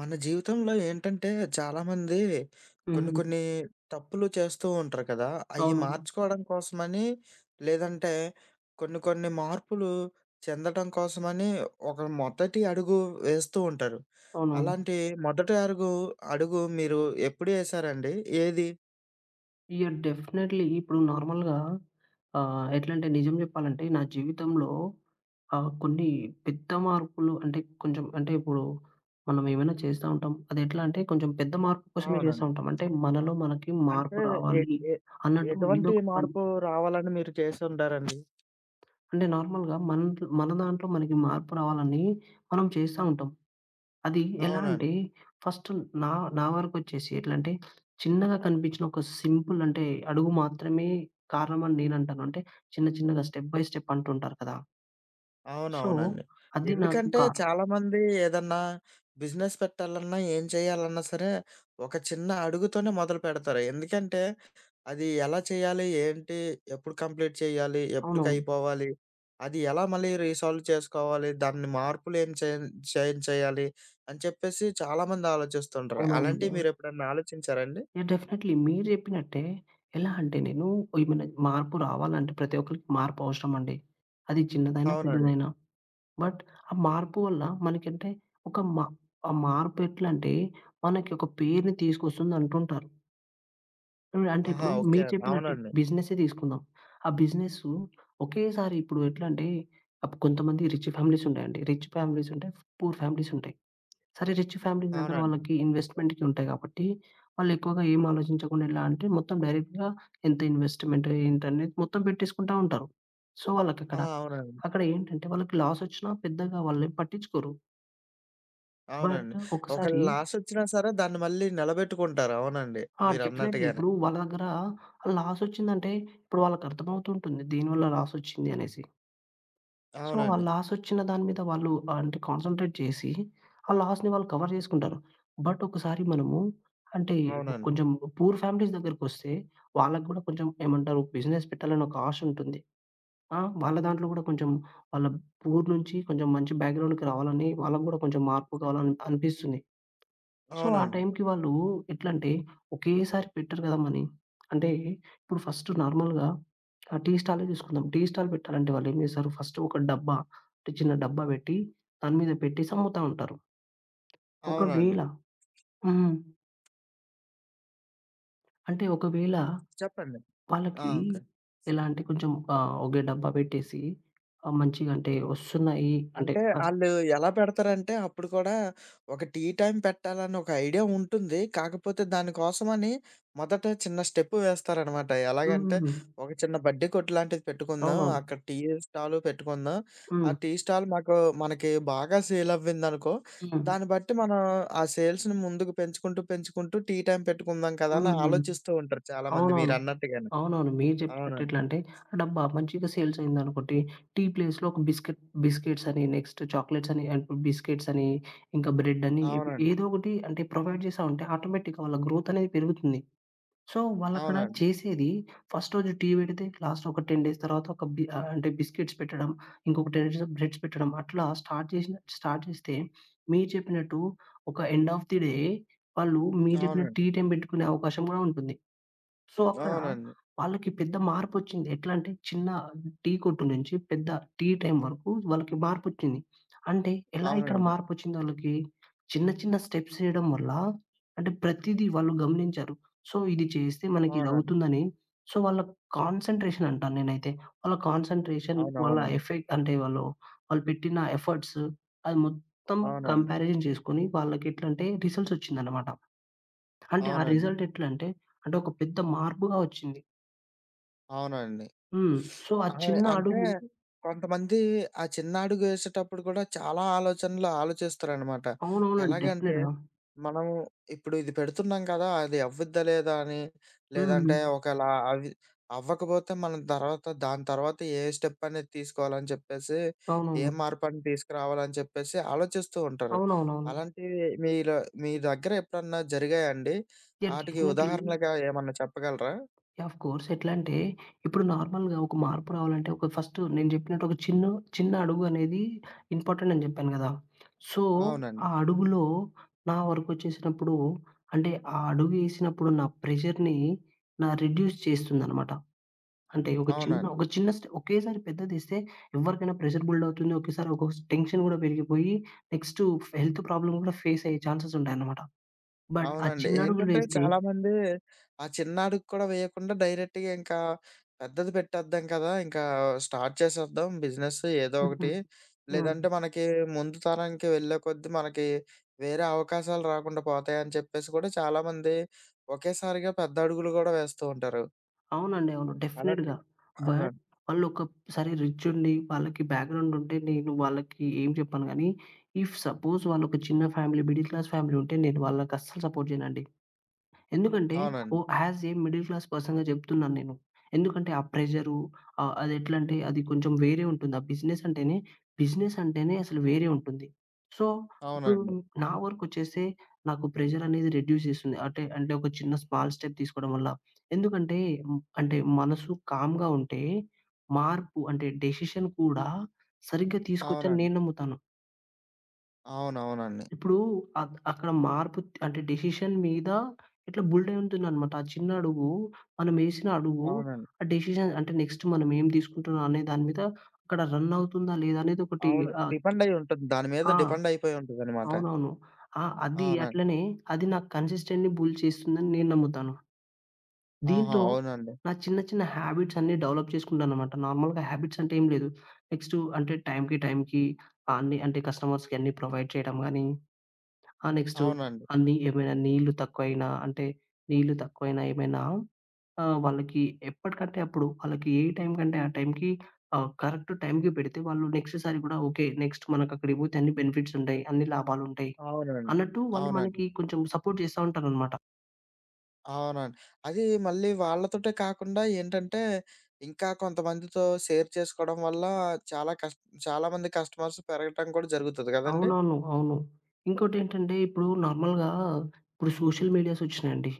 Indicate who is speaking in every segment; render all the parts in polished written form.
Speaker 1: మన జీవితంలో ఏంటంటే చాలామంది కొన్ని
Speaker 2: హుహు.
Speaker 1: కొన్ని తప్పులు చేస్తూ ఉంటారు కదా! అయి
Speaker 2: అవునవును.
Speaker 1: మార్చుకోవడం కోసమని, లేదంటే కొన్ని కొన్ని మార్పులు చెందటం కోసమని ఒక మొదటి అడుగు వేస్తూ ఉంటారు.
Speaker 2: అవునవును.
Speaker 1: అలాంటి మొదటి అడుగు మీరు ఎప్పుడు ఏసారండి? ఏది?
Speaker 2: డెఫినైట్‌లీ ఇప్పుడు నార్మల్‌గా ఎట్లంటే నిజం జెప్పాలంటే నా జీవితంలో కొన్ని పెద్ద మార్పులు అంటే కొంచెం అంటే ఇప్పుడు మనం ఏమైనా చేస్తా ఉంటాం. అది ఎట్లా అంటే కొంచెం పెద్ద మార్పు కోసమే చేస్తా
Speaker 1: అవునండి.
Speaker 2: ఉంటాం. అంటే మనలో మనకి
Speaker 1: అంటే
Speaker 2: మార్పు
Speaker 1: ఎ
Speaker 2: రావాలి
Speaker 1: ఎ
Speaker 2: అన్నట్టు ఏదో
Speaker 1: ఎటువంటి
Speaker 2: ఒక పని
Speaker 1: మార్పు రావాలని మీరు చేసుంటారండి?
Speaker 2: అంటే నార్మల్‌గా మన దాంట్లో మనకి మార్పు రావాలని మనం చేస్తా ఉంటాం. అది ఎలా
Speaker 1: అవునండి.
Speaker 2: అంటే, ఫస్ట్ నా నా వరకొచ్చేసి ఎట్లంటే, చిన్నగా కనిపించిన ఒక సింపుల్ అంటే, అడుగు మాత్రమే కారణమని నేనంటాను. అంటే, చిన్న చిన్నగా స్టెప్ బై స్టెప్ అంటుంటారు కదా! సో,
Speaker 1: అవునవునండి.
Speaker 2: అది నాకు
Speaker 1: ఎందుకంటే చాలామంది ఏదన్నా బిజినెస్ పెట్టాలన్నా, ఏం చేయాలన్నా సరే, ఒక చిన్న అడుగుతోనే మొదలుపెడతారు. ఎందుకంటే, అది ఎలా చేయాలి? ఏంటి? ఎప్పుడు కంప్లీట్ చేయాలి?
Speaker 2: అవునవును.
Speaker 1: ఎప్పటికైపోవాలి? అది ఎలా మళ్ళీ రీసాల్వ్ చేసుకోవాలి? దాన్ని మార్పులేం చేంజ్ చేయాలి? అని చెప్పేసి చాలామంది ఆలోచిస్తుంటారు.
Speaker 2: అవునవునండి.
Speaker 1: అలాంటివి
Speaker 2: అవును.
Speaker 1: మీరెప్పుడన్నా ఆలోచించారా అండి?
Speaker 2: డెఫినైట్‌లీ మీరు చెప్పినట్టే, ఎలా అంటే నేను ఏమైనా మార్పు రావాలంటే ప్రతి ఒక్కరికి మార్పు అవసరమండి. అది చిన్నదైనా,
Speaker 1: అవునండి.
Speaker 2: పెద్దదైనా. బట్ ఆ మార్పు వల్ల మనకంటే ఒక మా ఆ మార్పు ఎట్లంటే, మనకి ఒక పేరుని తీసుకొస్తుంది అంటుంటారు. అంటే
Speaker 1: ఆహా!
Speaker 2: ఇప్పుడు
Speaker 1: ఓకే
Speaker 2: మీరు
Speaker 1: అండి.
Speaker 2: చెప్పినట్టే
Speaker 1: అవునండి.
Speaker 2: బిజినెసే తీసుకుందాం. ఆ బిజినెసు ఒకేసారి ఇప్పుడు ఎట్లా అంటే కొంతమంది రిచ్ ఫ్యామిలీస్ ఉంటాయండి. రిచ్ ఫ్యామిలీస్ ఉంటాయి. పూర్ ఫ్యామిలీస్ ఉంటాయి. సరే రిచ్ ఫ్యామిలీస్ దగ్గర
Speaker 1: అవునండి.
Speaker 2: వాళ్ళకి ఇన్వెస్ట్‌మెంట్‌కి ఉంటాయి కాబట్టి వాళ్ళు ఎక్కువగా ఏం ఆలోచించకుండా ఎలా అంటే మొత్తం డైరెక్ట్‌గా ఎంత ఇన్వెస్ట్‌మెంట్ ఏంటనేది మొత్తం పెట్టేసుకుంటా ఉంటారు. సో,
Speaker 1: ఆ!
Speaker 2: వాళ్ళకక్కడ అక్కడ
Speaker 1: అవునండి.
Speaker 2: అక్కడ ఏంటంటే వాళ్ళకి లాస్ వచ్చినా పెద్దగా వాళ్ళేం పట్టించుకోరు.
Speaker 1: అవునండి.
Speaker 2: బట్
Speaker 1: ఒకవేళ
Speaker 2: ఒకసారి
Speaker 1: లాసొచ్చినా సరే దాన్ని మళ్ళీ నిలబెట్టుకుంటారు. అవునండి.
Speaker 2: ఆ! డెఫినైట్‌లీ.
Speaker 1: మీరన్నట్టుగానే.
Speaker 2: ఇప్పుడు వాళ్ళ దగ్గర లాసొచ్చిందంటే, ఇప్పుడు వాళ్ళకర్థమవుతుంటుంది దీనివల్ల లాసొచ్చింది అనేసి. సో, ఆ
Speaker 1: అవునండి.
Speaker 2: లాసొచ్చిన దాని మీద వాళ్ళు అంటే కాన్సంట్రేట్ చేసి, ఆ లాస్‌ని వాళ్ళు కవర్ చేసుకుంటారు. బట్ ఒకసారి మనము అంటే
Speaker 1: అవునండి.
Speaker 2: కొంచెం పూర్ ఫ్యామిలీస్ దగ్గరకొస్తే, వాళ్ళకి కూడా కొంచెం ఏమంటారు బిజినెస్ పెట్టాలని ఒక ఆశ ఉంటుంది. ఆ! వాళ్ళ దాంట్లో కూడా కొంచెం వాళ్ళ పూర్ నుంచి కొంచెం మంచి బ్యాక్‌గ్రౌండ్‌కి రావాలని వాళ్ళకి కూడా కొంచెం మార్పు కావాలని అనిపిస్తుంది. సో, ఆ
Speaker 1: అవునండి.
Speaker 2: టైంకి వాళ్ళు ఎట్లంటే, ఒకేసారి పెట్టరు కదా మనీ. అంటే, ఇప్పుడు ఫస్ట్ నార్మల్‌గా ఆ టీ స్టాలే తీసుకుందాం. టీ స్టాల్ పెట్టాలంటే వాళ్ళేం చేస్తారు, ఫస్ట్ ఒక డబ్బా అంటే చిన్న డబ్బా పెట్టి, దాని మీద పెట్టేసి అమ్ముతా ఉంటారు.
Speaker 1: అవునండి.
Speaker 2: ఒకవేళ హ్మ్. అంటే ఒకవేళ
Speaker 1: చెప్పండి. ఆ!
Speaker 2: వాళ్ళకి
Speaker 1: ఓకే.
Speaker 2: ఎలా అంటే కొంచెం ఒకే డబ్బా పెట్టేసి మంచిగా అంటే వస్తున్నాయి అంటే
Speaker 1: అంటే ఆళ్ళు ఎలా పెడతారంటే, అప్పుడు కూడా ఒక టీ టైమ్ పెట్టాలని ఒక ఐడియా ఉంటుంది. కాకపోతే దానికోసమని మొదట చిన్న స్టెప్ వేస్తారనమాట. ఎలాగంటే,
Speaker 2: హ్మ్.
Speaker 1: ఒక చిన్న బడ్డీ కొట్టు లాంటిది పెట్టుకుందాం.
Speaker 2: అవునవును.
Speaker 1: అక్కడ టీ స్టాలు పెట్టుకుందాం. ఆ
Speaker 2: హ్మ్.
Speaker 1: టీ స్టాల్ మాకు మనకి బాగా సేల్ అవ్విందనుకో,
Speaker 2: హ్మ్.
Speaker 1: దాన్ని బట్టి మనం ఆ సేల్స్‌ని ముందుకు పెంచుకుంటూ, పెంచుకుంటూ టీ టైమ్ పెట్టుకుందాం కదా! అని
Speaker 2: హ్మ్.
Speaker 1: ఆలోచిస్తూ ఉంటారు చాలామంది
Speaker 2: అవునవును.
Speaker 1: మీరన్నట్టుగానే.
Speaker 2: అవునవును. మీరు చెప్పినట్టు
Speaker 1: అవునండి.
Speaker 2: ఎట్లా అంటే డబ్బా మంచిగా సేల్స్ అయిందనుకోండి, టీ ప్లేస్‌లో ఒక బిస్కెట్ బిస్కెట్స్ అని, నెక్స్ట్ చాక్లెట్స్ అని, అండ్ బిస్కెట్స్ అని, ఇంకా బ్రెడ్ అని ఇవి
Speaker 1: అవునండి.
Speaker 2: ఏదో ఒకటి అంటే ప్రొవైడ్ చేశా ఉంటే ఆటోమేటిక్‌గా వాళ్ళ గ్రోత్ అనేది పెరుగుతుంది. సో, వాళ్ళక్కడ
Speaker 1: అవునండి.
Speaker 2: చేసేది ఫస్ట్ రోజు టీ పెడితే లాస్ట్ ఒక 10 డేస్ తర్వాత అంటే బిస్కెట్స్ పెట్టడం, ఇంకొక 10 డేస్‌లో బ్రెడ్స్ పెట్టడం అట్లా స్టార్ట్ చేస్తే మీరు చెప్పినట్టు ఒక ఎండ్ ఆఫ్ ది డే వాళ్ళు మీరు చెప్పిన
Speaker 1: అవునండి.
Speaker 2: టీ టైమ్ పెట్టుకునే అవకాశం కూడా ఉంటుంది. సో, అక్కడ
Speaker 1: అవునండి.
Speaker 2: వాళ్ళకి పెద్ద మార్పొచ్చింది. ఎట్లా అంటే చిన్న టీ కొట్టు నుంచి పెద్ద టీ టైమ్ వరకు వాళ్ళకి మార్పొచ్చింది. అంటే ఎలా
Speaker 1: అవునండి.
Speaker 2: ఇక్కడ
Speaker 1: అవునండి.
Speaker 2: మార్పొచ్చింది వాళ్ళకి? చిన్న చిన్న స్టెప్స్ ఏయడం వల్ల అంటే ప్రతీదీ వాళ్ళు గమనించారు. సో, ఇది చేస్తే మనకి
Speaker 1: అవునండి.
Speaker 2: ఇదవుతుందని సో, వాళ్ళ కాన్సంట్రేషన్ అంటాను నేనైతే. వాళ్ళ కాన్సంట్రేషన్, వాళ్ళ
Speaker 1: అవునవునండి.
Speaker 2: ఎఫెక్ట్ అంటే వాళ్ళు పెట్టిన ఎఫర్ట్స్ అది మొత్తం
Speaker 1: అవునండి.
Speaker 2: కంపారిజన్ చేసుకొని వాళ్ళకి ఎట్లంటే రిజల్ట్స్ వచ్చిందన్నమాట. అంటే ఆ
Speaker 1: అవునండి.
Speaker 2: రిజల్ట్ ఎట్లంటే, అంటే అంటే ఒక పెద్ద మార్పుగా వచ్చింది.
Speaker 1: అవునండి.
Speaker 2: హ్మ్. సో, ఆ
Speaker 1: ఆ!
Speaker 2: చిన్న
Speaker 1: అంటే కొంతమంది ఆ చిన్న అడుగేసేటప్పుడు కూడా చాలా ఆలోచనలు ఆలోచిస్తారనమాట.
Speaker 2: అవునవునండి.
Speaker 1: ఎలాగంటే,
Speaker 2: డెఫినెట్‌గా.
Speaker 1: మనం ఇప్పుడు ఇది పెడుతున్నాం కదా! అది అవ్వుద్దా లేదా అని,
Speaker 2: హ్మ్.
Speaker 1: లేదంటే
Speaker 2: హ్మ్.
Speaker 1: ఒకవేళ అవి అవ్వకపోతే మనం తర్వాత దాని తర్వాత ఏ స్టెప్ అనేది తీసుకోవాలని చెప్పేసి, ఏ
Speaker 2: అవునవును.
Speaker 1: మార్పని తీసుకురావాలని చెప్పేసి ఆలోచిస్తూ ఉంటారు.
Speaker 2: అవునవునవును.
Speaker 1: అలాంటివి మీరు మీ దగ్గర ఎప్పుడన్నా జరిగాయా అండి? ఆటికి
Speaker 2: డెఫినైట్‌లీ.
Speaker 1: ఉదాహరణగా ఏమన్నా చెప్పగలరా?
Speaker 2: Of course. ఎట్లా అంటే, ఇప్పుడు నార్మల్‌గా ఒక మార్పు రావాలంటే, ఒక ఫస్ట్ నేను చెప్పినట్టు ఒక చిన్న, చిన్న అడుగు అనేది ఇంపార్టెంట్ అని చెప్పాను గదా! సో,
Speaker 1: అవునండి.
Speaker 2: ఆ అడుగులో నా వరకు వచ్చేసినప్పుడు, అంటే ఆ అడుగు ఏసినప్పుడు నా ప్రెషర్‌ని రిడ్యూస్ చేస్తుందనమాట. అంటే
Speaker 1: అవునండి.
Speaker 2: ఒక చిన్న ఒకేసారి పెద్దదిస్తే ఎవరికైనా ప్రెషర్ బిల్డ్ అవుతుంది. ఒకేసారి ఒక స్ టెన్షన్ గూడా పెరిగిపోయి నెక్స్టు హెల్త్ ప్రాబ్లమ్ గూడా ఫేస్ అయ్యే ఛాన్సెస్ ఉంటాయన్నమాట. బట్ ఆ
Speaker 1: అవునండి.
Speaker 2: చిన్నడుగులు
Speaker 1: ఏంటంటే
Speaker 2: వేస్తే
Speaker 1: చాలామంది ఆ చిన్నాడికి కూడా వేయకుండా డైరెక్ట్‌గా ఇంకా పెద్దది పెట్టేద్దాం కదా! ఇంకా స్టార్ట్ చేసేద్దాం బిజినెస్ ఏదో ఒకటి.
Speaker 2: హ్మ్. హ్మ్.
Speaker 1: లేదంటే మనకి ముందు తరానికి వెళ్ళే కొద్దీ మనకి వేరే అవకాశాలు రాకుండా పోతాయని చెప్పేసి కూడా చాలామంది ఒకేసారిగా పెద్ద అడుగులు గూడా వేస్తూ ఉంటారు.
Speaker 2: అవునండి. అవును.
Speaker 1: అలాంటి
Speaker 2: డెఫినెట్‌గా.
Speaker 1: అవునండి.
Speaker 2: బట్ వాళ్ళొక సరే రిచ్ ఉండి వాళ్ళకి బ్యాక్‌గ్రౌండ్ ఉంటే నేను వాళ్ళకి ఏం చెప్పను గానీ, ఇఫ్ సపోజ్ వాళ్ళొక చిన్న ఫ్యామిలీ మిడిల్ క్లాస్ ఫ్యామిలీ ఉంటే నేను వాళ్ళకస్సలు సపోర్ట్ చేయనండి. ఎందుకంటే ఓ
Speaker 1: అవునండి.
Speaker 2: యాస్ ఏ మిడిల్ క్లాస్ పర్సన్‌గా చెప్తున్నాను నేను. ఎందుకంటే ఆ ప్రెషరు అది ఎట్లంటే అది కొంచెం వేరే ఉంటుంది. ఆ బిజినెస్ అంటేనే బిజినెస్ అంటేనే అసలు వేరే ఉంటుంది. సో, ఇప్పుడు
Speaker 1: అవునండి.
Speaker 2: నా వరకొచ్చేస్తే నాకు ప్రెషర్ అనేది రెడ్యూస్ చేస్తుంది. అంటే అంటే ఒక చిన్న స్మాల్ స్టెప్ తీసుకోవడం వల్ల. ఎందుకంటే అంటే మనసు కామ్‌గా ఉంటే మార్పు అంటే డెసిషన్ కూడా సరిగ్గా తీసుకొచ్చని
Speaker 1: అవునండి.
Speaker 2: నేను నమ్ముతాను.
Speaker 1: అవునవునండి.
Speaker 2: ఇప్పుడు అక్కడ మార్పు అంటే డెసిషన్ మీద ఇట్లా బుల్డయి ఉంటుందనమాట. ఆ చిన్న అడుగు, మనమేసిన అడుగు,
Speaker 1: అవునండి.
Speaker 2: ఆ డెసిషన్ అంటే నెక్స్ట్ మనం ఏం తీసుకుంటున్నాం అనే దాని మీద అక్కడ రన్ అవుతుందా లేదా అనేది ఒకటి
Speaker 1: అవును.
Speaker 2: ఆహ్,
Speaker 1: డిపెండ్ అయ్యి ఉంటుంది. దాని మీద
Speaker 2: ఆ!
Speaker 1: డిపెండ్ అయిపోయి ఉంటదనమాట.
Speaker 2: అవునవును. ఆ! అది
Speaker 1: అవునండి.
Speaker 2: అట్లనే అది నాకు కన్సిస్టెంట్‌ని బుల్డ్ చేస్తుందని నేను నమ్ముతాను.
Speaker 1: ఆహా!
Speaker 2: దీంతో
Speaker 1: అవునండి.
Speaker 2: నా చిన్న చిన్న హ్యాబిట్స్ అన్నీ డెవలప్ చేసుకుంటాననమాట. నార్మల్‌గా హ్యాబిట్స్ అంటే ఏం లేదు. నెక్స్టు అంటే టైంకి, టైంకి అన్ని అంటే కస్టమర్స్‌కి అన్నీ ప్రొవైడ్ చేయడం గాని నెక్స్టు
Speaker 1: అవునండి.
Speaker 2: అన్నీ ఏమైనా నీళ్ళు తక్కువైనా అంటే నీళ్ళు తక్కువైనా ఏమైనా వాళ్ళకి ఎప్పటికంటే అప్పుడు వాళ్ళకి ఏ టైం కంటే ఆ టైంకి కరెక్ట్ టైంకి పెడితే వాళ్ళు నెక్స్ట్ సారి గూడా ఓకే. నెక్స్ట్ మనకక్కడికి పోతే అన్ని బెనిఫిట్స్ ఉంటాయి. అన్ని లాభాలుంటాయి.
Speaker 1: అవునండి.
Speaker 2: అన్నట్టు వాళ్ళు
Speaker 1: అవునండి.
Speaker 2: మనకి కొంచెం సపోర్ట్ చేస్తా ఉంటారనమాట.
Speaker 1: అవునండి. అది మళ్ళీ వాళ్ళతోటే కాకుండా ఏంటంటే, ఇంకా కొంతమందితో షేర్ చేసుకోవడం వల్ల చాలా చాలామంది కస్టమర్స్ పెరగటం కూడా జరుగుతది కదండీ!
Speaker 2: అవునవును. అవును. ఇంకోటేంటంటే ఇప్పుడు నార్మల్‌గా ఇప్పుడు సోషల్ మీడియాస్ ఒచ్చినాయండి.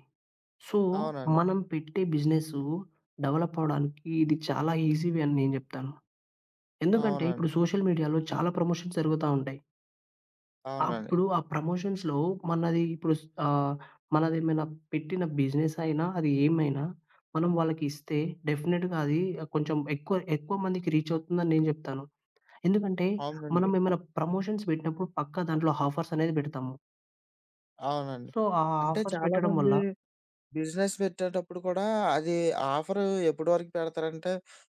Speaker 2: సో,
Speaker 1: అవునండి.
Speaker 2: మనం పెట్టే బిజినెసు డెవలప్ అవ్వడానికి ఇది చాలా ఈజీ వే అని నేను జెప్తాను. ఎందుకంటే
Speaker 1: అవునండి.
Speaker 2: ఇప్పుడు సోషల్ మీడియాలో చాలా ప్రమోషన్స్ జరుగుతా ఉంటాయి.
Speaker 1: అవునండి.
Speaker 2: అప్పుడు ఆ ప్రమోషన్స్‌లో మనది ఇప్పుడు మనదేమైనా పెట్టిన బిజినెస్ అయినా, అది ఏమైనా మనం వాళ్ళకి ఇస్తే డెఫినిట్‌గా అది కొంచెం ఎక్కువ మందికి రీచ్ అవుతుందని నేను చెప్తాను. ఎందుకంటే మనం
Speaker 1: అవునండి.
Speaker 2: ఏమైనా ప్రమోషన్స్ పెట్టినప్పుడు పక్కా దాంట్లో ఆఫర్స్ అనేది పెడతాము.
Speaker 1: అవునండి.
Speaker 2: సో, ఆ
Speaker 1: అంటే
Speaker 2: ఆఫర్స్ పెట్టడం
Speaker 1: చాలామంది
Speaker 2: వల్ల
Speaker 1: బిజినెస్ పెట్టేటప్పుడు కూడా అది ఆఫర్ ఎప్పటి వరకు పెడతారంటే,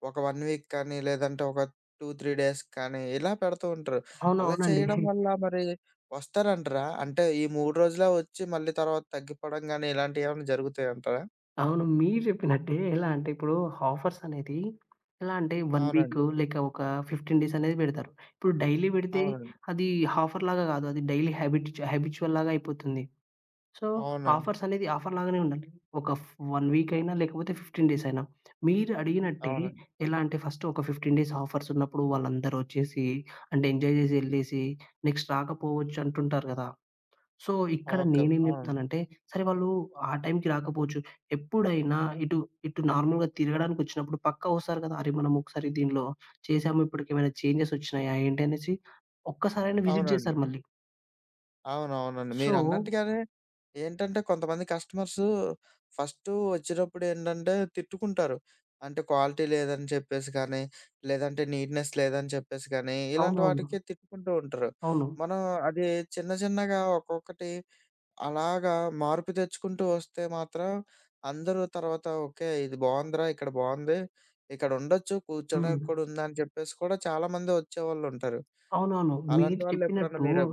Speaker 1: ఒక 1 వీక్ కానీ, లేదంటే ఒక 2, 3 డేస్ కానీ ఇలా పెడుతూ ఉంటారు. అలా
Speaker 2: అవునవునండి.
Speaker 1: చేయడం వల్ల మరి వస్తారంటారా? అంటే ఈ 3 రోజులే వచ్చి మళ్ళీ తర్వాత తగ్గిపోవడం గానీ, ఇలాంటియేమన్నా జరుగుతాయంటారా?
Speaker 2: అవును. మీరు జెప్పినట్టే ఎలా అంటే ఇప్పుడు ఆఫర్స్ అనేది ఎలా అంటే 1 వీక్
Speaker 1: అవునండి.
Speaker 2: లేక ఒక 15 డేస్ అనేది బెడతారు. ఇప్పుడు డైలీ బెడితే
Speaker 1: అవునండి.
Speaker 2: అది హాఫర్ లాగా గాదు. అది డైలీ హ్యాబిట్ హ్యాబిచ్యువల్ లాగా అయిపోతుంది. సో,
Speaker 1: అవునండి.
Speaker 2: ఆఫర్స్ అనేది ఆఫర్ లాగానే ఉండాలి. ఒక ఫ్ 1 వీక్ అయినా లేకపోతే 15 డేస్ అయినా. మీరు అడిగినట్టే
Speaker 1: అవునండి.
Speaker 2: ఎలా అంటే ఫస్ట్ ఒక 15 డేస్ ఆఫర్స్ ఉన్నప్పుడు వాళ్ళందరూ ఒచ్చేసి అంటే ఎంజాయ్ జేసి ఎళ్ళేసి నెక్స్ట్ రాకపోవచ్చు అంటుంటారు గదా! సో, ఇక్కడ
Speaker 1: ఓకే.
Speaker 2: నేనేం
Speaker 1: అవును.
Speaker 2: జెప్తానంటే, సరే వాళ్ళు ఆ టైంకి రాకపోవచ్చు. ఎప్పుడైనా ఇటు, ఇటు నార్మల్‌గా తిరగడానికొచ్చినప్పుడు పక్కా వస్తారు గదా! అరే! మనం ఒకసారి దీనిలో చేసాము, ఇప్పటికేమైనా చేంజెస్ ఒచ్చినాయా ఏంటి అనేసి ఒక్కసారైనా విజిట్
Speaker 1: అవునండి.
Speaker 2: జేస్తారు మళ్ళీ.
Speaker 1: అవునవునండి.
Speaker 2: సో
Speaker 1: మీరన్నట్టుగానే ఏంటంటే కొంతమంది కస్టమర్సు ఫస్టు ఒచ్చినప్పుడేంటంటే తిట్టుకుంటారు. అంటే క్వాలిటీ లేదని చెప్పేసి కానీ, లేదంటే నీట్‌నెస్ లేదని చెప్పేసి కానీ, ఇలాంటి
Speaker 2: అవునవును.
Speaker 1: వాటికి తిట్టుకుంటూ ఉంటారు.
Speaker 2: అవును.
Speaker 1: మనం అది చిన్న చిన్నగా ఒక్కొక్కటి అలాగా మార్పు తెచ్చుకుంటూ వస్తే మాత్రం అందరూ తర్వాత ఓకే. ఇది బావుందిరా! ఇక్కడ బావుంది. ఇక్కడుండొచ్చు. కూర్చోడానికి
Speaker 2: హ్మ్.
Speaker 1: కూడా ఉందని చెప్పేసి కూడా చాలామంది ఒచ్చేవాళ్ళుంటారు.
Speaker 2: అవునవును.
Speaker 1: అలాంటి వాళ్ళెప్పుడన్నా మీరు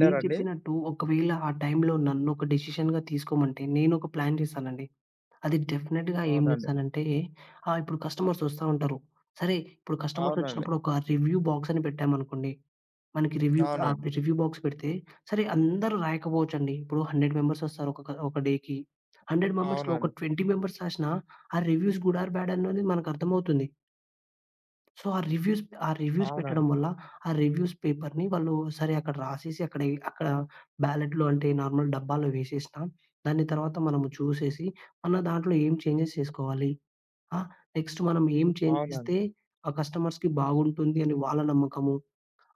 Speaker 2: మీరు చెప్పినట్టు ఒకవేళ ఆ టైంలో నన్నొక డెసిషన్‌గా తీసుకోమంటే నేనొక ప్లాన్ జేస్తానండి. అది డెఫినిట్‌గా ఏం
Speaker 1: అవునండి.
Speaker 2: చేశానంటే, ఇప్పుడు కస్టమర్స్ వస్తా ఉంటారు. సరే, ఇప్పుడు కస్టమర్స్
Speaker 1: అవునండి.
Speaker 2: వచ్చినప్పుడు ఒక రివ్యూ బాక్స్ అని పెట్టామనుకోండి. మనకి
Speaker 1: అవునండి.
Speaker 2: రివ్యూ బాక్స్ పెడితే సరే అందరూ రాయకపోవచ్చండి. ఇప్పుడు 100 మెంబర్స్ వస్తారు ఒక ఒక డేకి. 100 మెంబర్స్‌లో ఒక
Speaker 1: అవునండి.
Speaker 2: 20 మెంబర్స్ రాసినా ఆ రివ్యూస్ గుడ్ ఆర్ బ్యాడ్ అనేది మనకు అర్థమవుతుంది. సో, ఆ రివ్యూస్ పెట్టడం
Speaker 1: అవునండి.
Speaker 2: వల్ల, ఆ రివ్యూస్ పేపర్‌ని వాళ్ళు సరే అక్కడ రాసేసి, అక్కడ బ్యాలెట్‌లో అంటే నార్మల్ డబ్బాలో వేసేసినా, దాన్ని తర్వాత మనము చూసేసి, మన దాంట్లో ఏం చేంజెస్ చేసుకోవాలి? ఆ! నెక్స్ట్ మనం ఏం చేంజ్
Speaker 1: అవునండి.
Speaker 2: చేస్తే, ఆ కస్టమర్స్‌కి బాగుంటుంది అని వాళ్ళ నమ్మకము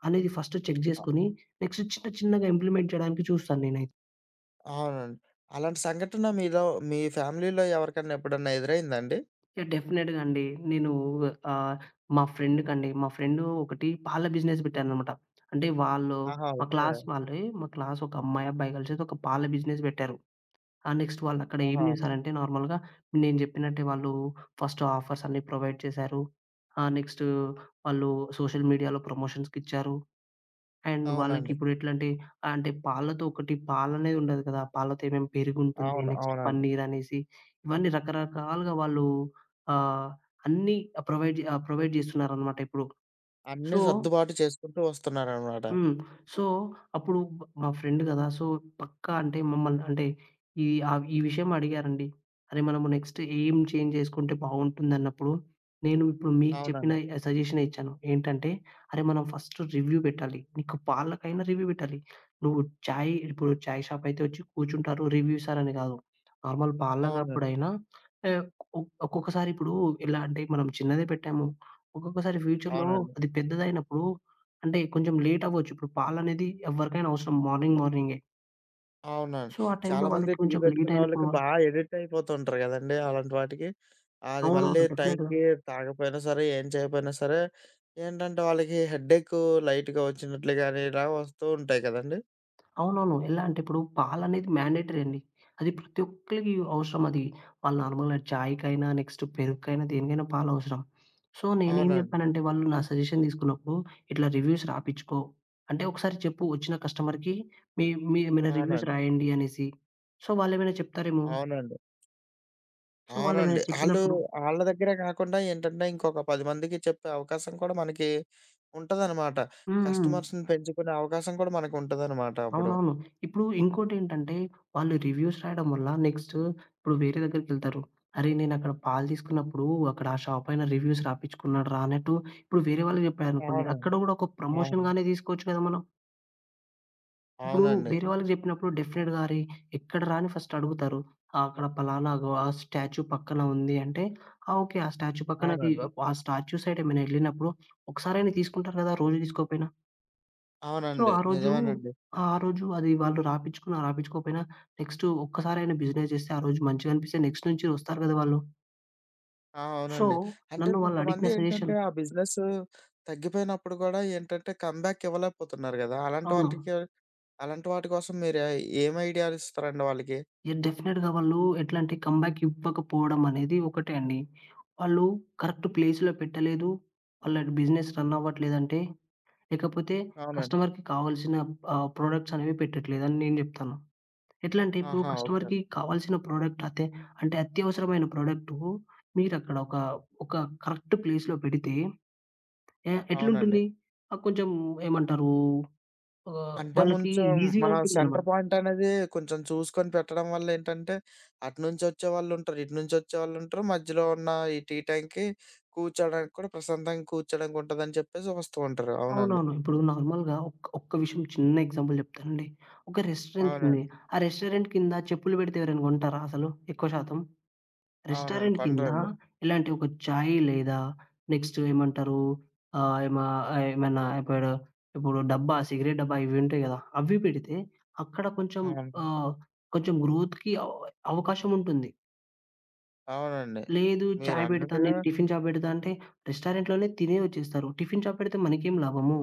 Speaker 2: అనేది ఫస్ట్ చెక్
Speaker 1: అ
Speaker 2: జేసుకొని, నెక్స్ట్ చిన్న చిన్నగా ఇంప్లిమెంట్ చేయడానికి చూస్తాను నేనైతే.
Speaker 1: అవునండి. అలాంటి సంఘటన మీలో మీ ఫ్యామిలీలో ఎవరికన్నా ఎప్పుడన్నా ఎదురైందా అండి?
Speaker 2: డెఫినెట్‌గా అండి. నేను ఆహ్, మా ఫ్రెండ్‌కండి మా ఫ్రెండ్ ఒకటి పాల బిజినెస్ పెట్టారనమాట. అంటే వాళ్ళు
Speaker 1: ఆహా!
Speaker 2: మా
Speaker 1: ఓకే.
Speaker 2: క్లాస్ వాళ్ళే మా క్లాస్ ఒక అమ్మాయి, అబ్బాయి కలిసేసి ఒక పాల బిజినెస్ పెట్టారు. ఆ నెక్స్ట్ వాళ్ళక్కడ ఏం
Speaker 1: ఆహా!
Speaker 2: చేశారంటే నార్మల్‌గా నేను చెప్పినట్టే వాళ్ళు ఫస్ట్ ఆఫర్స్ అన్నీ ప్రొవైడ్ చేశారు. నెక్స్ట్ వాళ్ళు సోషల్ మీడియాలో ప్రమోషన్స్‌కిచ్చారు. అండ్
Speaker 1: అవునండి.
Speaker 2: వాళ్ళకిప్పుడెట్లంటే, అంటే అంటే పాలతో ఒకటి పాలనేది ఉండదు కదా! పాలతో ఏమేం పెరుగుంటుంది,
Speaker 1: అవును.
Speaker 2: నెక్స్ట్
Speaker 1: అవునండి.
Speaker 2: పన్నీరనేసి, ఇవన్నీ రకరకాలుగా వాళ్ళు ఆహ్, అన్నీ ఆహ్, ప్రొవైడ్ జే ఆహ్, ప్రొవైడ్ జేస్తున్నారనమాట ఇప్పుడు.
Speaker 1: అన్నీ
Speaker 2: సో
Speaker 1: సర్దుబాటు చేసుకుంటూ వస్తున్నారనమాట.
Speaker 2: హ్మ్. సో, అప్పుడు మా ఫ్రెండ్ గదా! సో, పక్కా అంటే మమ్మల్ని అంటే ఈ విషయం అడిగారండి. అరే! మనము నెక్స్ట్ ఏం చేంజ్ చేసుకుంటే బావుంటుందన్నప్పుడు, నేను ఇప్పుడు మీకు చెప్పిన
Speaker 1: అవునండి.
Speaker 2: సజెషనే ఇచ్చాను. ఏంటంటే, అరే! మనం ఫస్ట్ రివ్యూ పెట్టాలి. నీకు పాలకైనా రివ్యూ పెట్టాలి. నువ్వు చాయ్ షాప్ అయితే వచ్చి కూర్చుంటారు. రివ్యూ ఇస్తారని గాదు. నార్మల్
Speaker 1: అవునండి.
Speaker 2: పాలకప్పుడైనా ఆహ్, ఒ ఒక్కొక్కసారి ఇప్పుడు ఎలా అంటే, మనం చిన్నదే పెట్టాము. ఒక్కొక్కసారి ఫ్యూచర్‌లో
Speaker 1: అవునండి.
Speaker 2: అది పెద్దదైనప్పుడు అంటే కొంచెం లేట్ అవ్వచ్చు. ఇప్పుడు పాలనేది ఎవరికైనా అవసరం మార్నింగ్ మార్నింగే.
Speaker 1: అవునండి.
Speaker 2: సో, ఆ టైంలో
Speaker 1: చాలామంది
Speaker 2: వాళ్ళకి
Speaker 1: టీ
Speaker 2: కొంచెం లేట్
Speaker 1: పెట్టుకున్నోళ్ళకి
Speaker 2: అయినప్పుడు
Speaker 1: ఎడిక్ట్ అయిపోతుంటారు గదండీ! అలాంటి వాటికి. అది మళ్ళీ
Speaker 2: అవునవును. డెఫినెట్‌గా.
Speaker 1: టైంకి తాగపోయినా సరే, ఏం చేయకపోయినా సరే, ఏంటంటే వాళ్ళకి హెడ్డేకు లైట్‌గా వచ్చినట్లు గాని, ఇలా వస్తూ ఉంటాయి కదండీ!
Speaker 2: అవునవును. ఎలా అంటే ఇప్పుడు పాలనేది మ్యాండేటరీ అండి. అది ప్రతి ఒక్కళ్ళకి అవసరం అది. వాళ్ళు నార్మల్‌గా చాయ్‌కైనా, నెక్స్ట్ పెరుగుకైనా దేనికైనా పాలు అవసరం. సో, నేనేం
Speaker 1: అవునండి.
Speaker 2: చెప్పానంటే వాళ్ళు నా సజెషన్ తీసుకున్నప్పుడు ఇట్లా రివ్యూస్ రాపిచ్చుకో. అంటే ఒకసారి చెప్పు వచ్చిన కస్టమర్‌కి మీ మీ ఏమైనా రివ్యూస్
Speaker 1: అవునండి.
Speaker 2: రాయండి అనేసి. సో, వాళ్ళేమైనా చెప్తారేమో.
Speaker 1: అవునండి.
Speaker 2: సో, వాళ్ళేమైనా
Speaker 1: అవునండి. ఆళ్ళు
Speaker 2: చెప్పినప్పుడు
Speaker 1: ఆళ్ళ దగ్గరే కాకుండా ఏంటంటే, ఇంకొక 10 మందికి చెప్పే అవకాశం కూడా మనకి ఉంటదనమాట.
Speaker 2: హ్మ్. హ్మ్.
Speaker 1: కస్టమర్స్‌ని పెంచుకునే అవకాశం కూడా మనకుంటదనమాట అప్పుడు.
Speaker 2: అవునవును. ఇప్పుడు ఇంకోటేంటంటే, వాళ్ళు రివ్యూస్ రాయడం వల్ల నెక్స్ట్ ఇప్పుడు వేరే దగ్గరికెళ్తారు. అరే! నేనక్కడ పాలు తీసుకున్నప్పుడు అక్కడ ఆ షాపయన రివ్యూస్ రాపిచ్చుకున్నాడురా అన్నట్టు ఇప్పుడు వేరే వాళ్ళకి జెప్పారనుకోండి,
Speaker 1: అవునండి.
Speaker 2: అక్కడ గూడా ఒక
Speaker 1: అవును.
Speaker 2: ప్రమోషన్‌గానే దీసుకోవచ్చు గదా మనం. ఇప్పుడు
Speaker 1: అవునండి.
Speaker 2: వేరే వాళ్ళకి జెప్పినప్పుడు డెఫినెట్‌గా అరే! ఎక్కడరా అని ఫస్ట్ అడుగుతారు. అక్కడ పలానా అగో ఆ స్టాచ్యూ పక్కన ఉంది అంటే, ఆ! ఓకే.
Speaker 1: అవునండి.
Speaker 2: ఆ స్టాచ్యూ సైడ్ ఏమైనా ఎళ్ళినప్పుడు ఒకసారైనా తీసుకుంటారు గదా! రోజు దీసుకోకపోయినా. సో,
Speaker 1: అవునండి. నిజమేనండి.
Speaker 2: ఆ రోజు అది వాళ్ళు రాపిచ్చుకున్నా, రాపిచ్చుకోకపోయినా నెక్స్ట్ ఒక్కసారైనా బిజినెస్ జేస్తే ఆ రోజు మంచిగనిపిస్తే నెక్స్ట్ నుంచి వస్తారు గదా వాళ్ళు.
Speaker 1: ఆ!
Speaker 2: సో,
Speaker 1: అవునండి. అంటే
Speaker 2: నన్ను
Speaker 1: కొంతమంది
Speaker 2: వాళ్ళడిగిన
Speaker 1: ఏంటంటే,
Speaker 2: సజెషన్
Speaker 1: ఆ బిజినెస్ తగ్గిపోయినప్పుడు గూడా ఏంటంటే, కమ్‌బ్యాక్ ఇవ్వలేకపోతున్నారు గదా! అలాంటి
Speaker 2: అవును.
Speaker 1: వాళ్ళకి అలాంటి వాటి కోసం మీరు ఏం ఐడియాలు ఇస్తారండి వాళ్ళకి?
Speaker 2: యెస్ డెఫినెట్‌గా వాళ్ళు ఎట్లంటే కమ్‌బ్యాక్ ఇవ్వకపోవడం అనేది ఒకటే అండి. వాళ్ళు కరెక్ట్ ప్లేస్‌లో పెట్టలేదు. వాళ్ళ బిజినెస్ రన్ అవ్వట్లేదంటే, లేకపోతే
Speaker 1: అవునండి.
Speaker 2: కస్టమర్‌కి కావాల్సిన ప్రొడక్ట్స్ అనేవి పెట్టట్లేదని నేను జెప్తాను. ఎట్లా అంటే ఇప్పుడు
Speaker 1: ఆహా! ఓకే
Speaker 2: కస్టమర్‌కి
Speaker 1: అండి.
Speaker 2: కావాల్సిన ప్రోడక్ట్ అతే అంటే అత్యవసరమైన ప్రోడక్టు మీరక్కడ ఒక కరెక్ట్ ప్లేస్‌లో పెడితే
Speaker 1: అవునండి.
Speaker 2: ఎట్లుంటుంది? కొంచెం ఏమంటారు
Speaker 1: అంటే
Speaker 2: వాళ్ళకి
Speaker 1: కొంచెం
Speaker 2: ఈజీగా
Speaker 1: మన సెంటర్
Speaker 2: ఉంటుందనమాట.
Speaker 1: పాయింట్ అనేది కొంచెం చూసుకొని పెట్టడం వల్ల ఏంటంటే, అటునుంచి వచ్చేవాళ్ళుంటారు. ఇటు నుంచి వచ్చేవాళ్ళుంటారు. మధ్యలో ఉన్న ఈ టీ టైంకి కూర్చోడానికి కూడా ప్రశాంతంగా కూర్చోడానికి ఉంటదని చెప్పేసి వస్తూ ఉంటారు. అవునండి.
Speaker 2: అవునవును. ఇప్పుడు నార్మల్‌గా ఒక్క విషయం చిన్న ఎగ్జాంపుల్ చెప్తానండి. ఒక రెస్టారెంట్ ఉంది.
Speaker 1: అవునండి.
Speaker 2: ఆ రెస్టారెంట్ కింద చెప్పులు పెడితే ఎవరైనా కొంటారా అసలు ఎక్కువ శాతం?
Speaker 1: అవునండి.
Speaker 2: రెస్టారెంట్ కింద
Speaker 1: కొనరండి.
Speaker 2: ఇలాంటి ఒక చాయ్ లేదా నెక్స్ట్ ఏమంటారు? ఆహ్, ఏమా ఏమైనా ఇప్పుడు డబ్బా సిగరెట్ డబ్బా ఇవి ఉంటాయి గదా! అవి పెడితే అక్కడ కొంచెం
Speaker 1: అవును.
Speaker 2: ఆహ్, కొంచెం గ్రోత్‌కి అవ్ అవకాశం ఉంటుంది.
Speaker 1: అవునండి.
Speaker 2: లేదు చాయ్ పెడతా,
Speaker 1: మీరన్నట్టుగా
Speaker 2: నేను టిఫిన్ షాప్ పెడతా అంటే రెస్టారెంట్‌లోనే తిని వచ్చేస్తారు. టిఫిన్ షాప్ పెడితే మనకేం లాభము?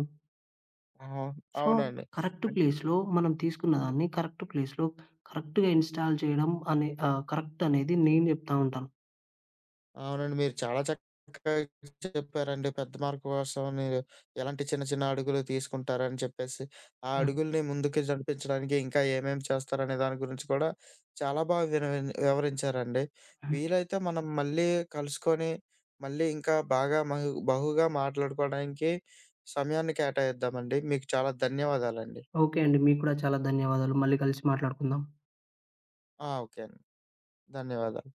Speaker 1: అవును.
Speaker 2: సో,
Speaker 1: అవునండి.
Speaker 2: కరెక్ట్
Speaker 1: అన్
Speaker 2: ప్లేస్‌లో మనం తీసుకున్న దాన్ని కరెక్ట్ ప్లేస్‌లో కరెక్ట్‌గా ఇన్‌స్టాల్ చేయడం అనే కరెక్ట్ అనేది నేను జెప్తా ఉంటాను.
Speaker 1: అవునండి. మీరు చాలా చక్కగా చెప్పారండి. పెద్ద మార్పు కోసం మీరు ఎలాంటి చిన్న చిన్న అడుగులు తీసుకుంటారని చెప్పేసి, ఆ
Speaker 2: హ్మ్.
Speaker 1: అడుగుల్ని ముందుకు నడిపించడానికి ఇంకా ఏమేమి చేస్తారనే దాని గురించి కూడా చాలా బాగా వివరించారండి.
Speaker 2: హ్మ్.
Speaker 1: వీలైతే మనం మళ్ళీ కలుసుకొని, మళ్ళీ ఇంకా బాగా బహుగా మాట్లాడుకోవడానికి సమయాన్ని కేటాయిద్దామండి. మీకు చాలా ధన్యవాదాలండి.
Speaker 2: ఓకే అండి. మీకు కూడా చాలా ధన్యవాదాలు. మళ్ళీ కలిసి మాట్లాడుకుందాం.
Speaker 1: ఆ! ఓకే అండి. ధన్యవాదాలు.